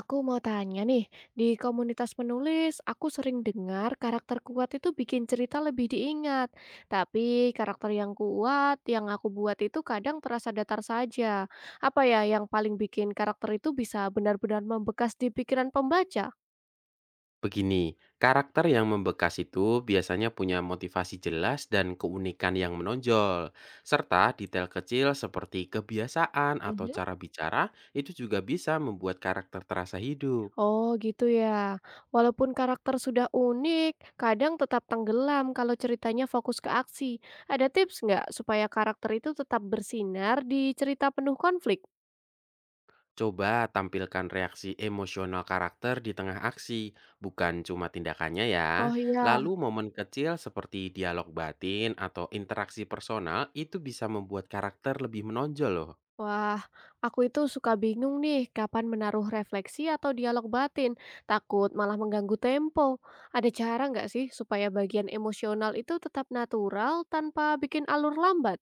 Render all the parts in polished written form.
Aku mau tanya nih, di komunitas penulis, aku sering dengar karakter kuat itu bikin cerita lebih diingat. Tapi karakter yang kuat yang aku buat itu kadang terasa datar saja. Apa ya yang paling bikin karakter itu bisa benar-benar membekas di pikiran pembaca? Begini, karakter yang membekas itu biasanya punya motivasi jelas dan keunikan yang menonjol, serta detail kecil seperti kebiasaan atau Mhm. cara bicara itu juga bisa membuat karakter terasa hidup. Oh gitu ya. Walaupun karakter sudah unik, kadang tetap tenggelam kalau ceritanya fokus ke aksi. Ada tips nggak supaya karakter itu tetap bersinar di cerita penuh konflik? Coba tampilkan reaksi emosional karakter di tengah aksi, bukan cuma tindakannya ya. Oh iya. Lalu momen kecil seperti dialog batin atau interaksi personal itu bisa membuat karakter lebih menonjol loh. Wah, aku itu suka bingung nih kapan menaruh refleksi atau dialog batin, takut malah mengganggu tempo. Ada cara nggak sih supaya bagian emosional itu tetap natural tanpa bikin alur lambat?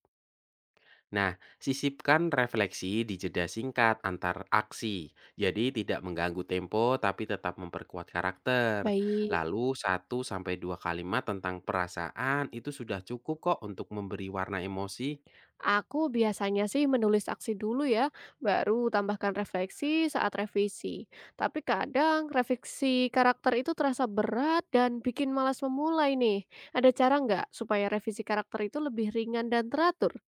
Nah, sisipkan refleksi di jeda singkat antar aksi, jadi tidak mengganggu tempo tapi tetap memperkuat karakter. Baik, Lalu satu sampai dua kalimat tentang perasaan itu sudah cukup kok untuk memberi warna emosi. aku biasanya sih menulis aksi dulu ya, baru tambahkan refleksi saat revisi. Tapi kadang refleksi karakter itu terasa berat dan bikin malas memulai nih. Ada cara nggak supaya revisi karakter itu lebih ringan dan teratur?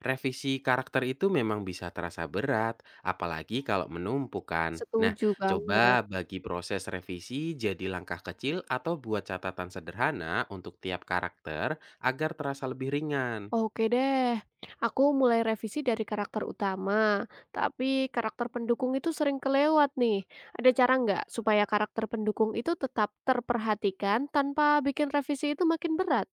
Revisi karakter itu memang bisa terasa berat, apalagi kalau menumpukan. Nah, Setuju banget. coba bagi proses revisi jadi langkah kecil atau buat catatan sederhana untuk tiap karakter agar terasa lebih ringan. Oke deh, aku mulai revisi dari karakter utama, tapi karakter pendukung itu sering kelewat nih. Ada cara nggak supaya karakter pendukung itu tetap terperhatikan tanpa bikin revisi itu makin berat?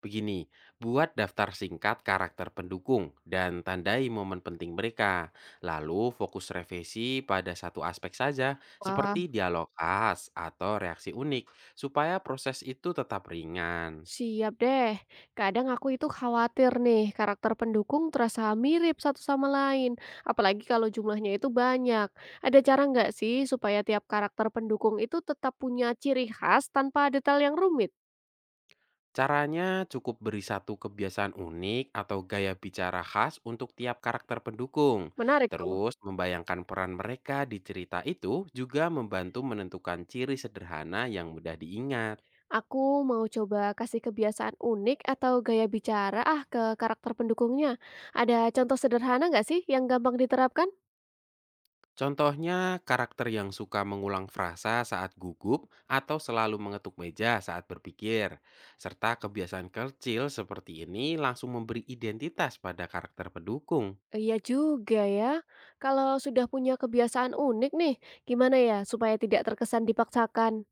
Begini, buat daftar singkat karakter pendukung dan tandai momen penting mereka. Lalu fokus revisi pada satu aspek saja, Wah, seperti dialog khas atau reaksi unik, supaya proses itu tetap ringan. siap deh, kadang aku itu khawatir nih karakter pendukung terasa mirip satu sama lain, apalagi kalau jumlahnya itu banyak. Ada cara nggak sih supaya tiap karakter pendukung itu tetap punya ciri khas tanpa detail yang rumit? Caranya cukup beri satu kebiasaan unik atau gaya bicara khas untuk tiap karakter pendukung. Menarik tuh. Terus membayangkan peran mereka di cerita itu juga membantu menentukan ciri sederhana yang mudah diingat. Aku mau coba kasih kebiasaan unik atau gaya bicara ah ke karakter pendukungnya. Ada contoh sederhana nggak sih yang gampang diterapkan? Contohnya, karakter yang suka mengulang frasa saat gugup atau selalu mengetuk meja saat berpikir, serta kebiasaan kecil seperti ini langsung memberi identitas pada karakter pendukung. Iya juga ya. Kalau sudah punya kebiasaan unik nih, gimana ya supaya tidak terkesan dipaksakan?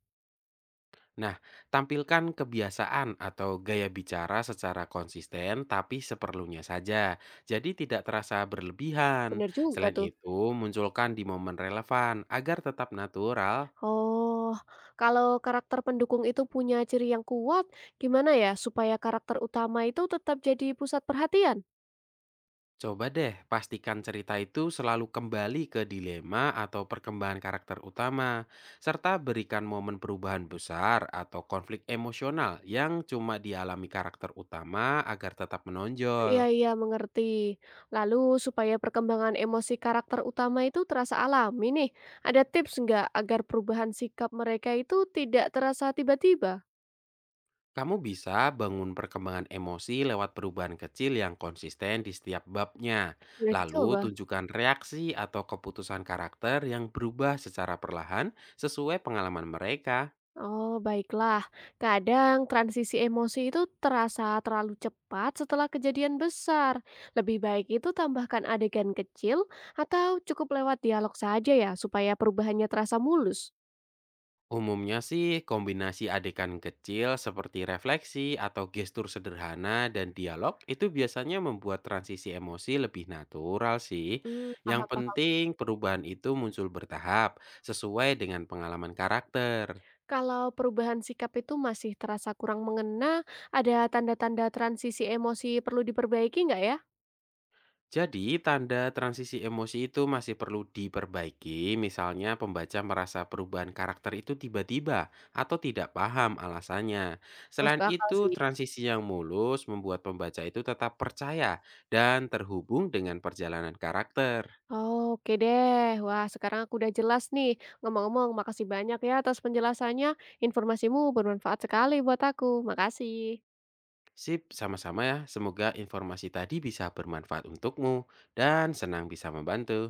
Nah, tampilkan kebiasaan atau gaya bicara secara konsisten tapi seperlunya saja, jadi tidak terasa berlebihan. Bener juga Selain tuh. itu, munculkan di momen relevan agar tetap natural. Oh, kalau karakter pendukung itu punya ciri yang kuat, gimana ya supaya karakter utama itu tetap jadi pusat perhatian? Coba deh pastikan cerita itu selalu kembali ke dilema atau perkembangan karakter utama, serta berikan momen perubahan besar atau konflik emosional yang cuma dialami karakter utama agar tetap Iya menonjol. iya, mengerti. Lalu supaya perkembangan emosi karakter utama itu terasa alami nih, ada tips nggak agar perubahan sikap mereka itu tidak terasa tiba-tiba? Kamu bisa bangun perkembangan emosi lewat perubahan kecil yang konsisten di setiap babnya. Boleh Lalu dicoba? tunjukkan reaksi atau keputusan karakter yang berubah secara perlahan sesuai pengalaman mereka. Oh, baiklah. Kadang transisi emosi itu terasa terlalu cepat setelah kejadian besar. Lebih baik itu tambahkan adegan kecil atau cukup lewat dialog saja ya, supaya perubahannya terasa mulus. Umumnya sih kombinasi adegan kecil seperti refleksi atau gestur sederhana dan dialog itu biasanya membuat transisi emosi lebih natural sih. Hmm, Yang paham. penting perubahan itu muncul bertahap sesuai dengan pengalaman karakter. Kalau perubahan sikap itu masih terasa kurang mengena, ada tanda-tanda transisi emosi perlu diperbaiki nggak ya? Jadi, tanda transisi emosi itu masih perlu diperbaiki, misalnya pembaca merasa perubahan karakter itu tiba-tiba atau tidak paham alasannya. Masuk Selain akal itu, sih. transisi yang mulus membuat pembaca itu tetap percaya dan terhubung dengan perjalanan karakter. Oke deh, wah sekarang aku udah jelas nih. Ngomong-ngomong, makasih banyak ya atas penjelasannya. Informasimu bermanfaat sekali buat aku. Makasih. Sip, sama-sama ya. Semoga informasi tadi bisa bermanfaat untukmu dan senang bisa membantu.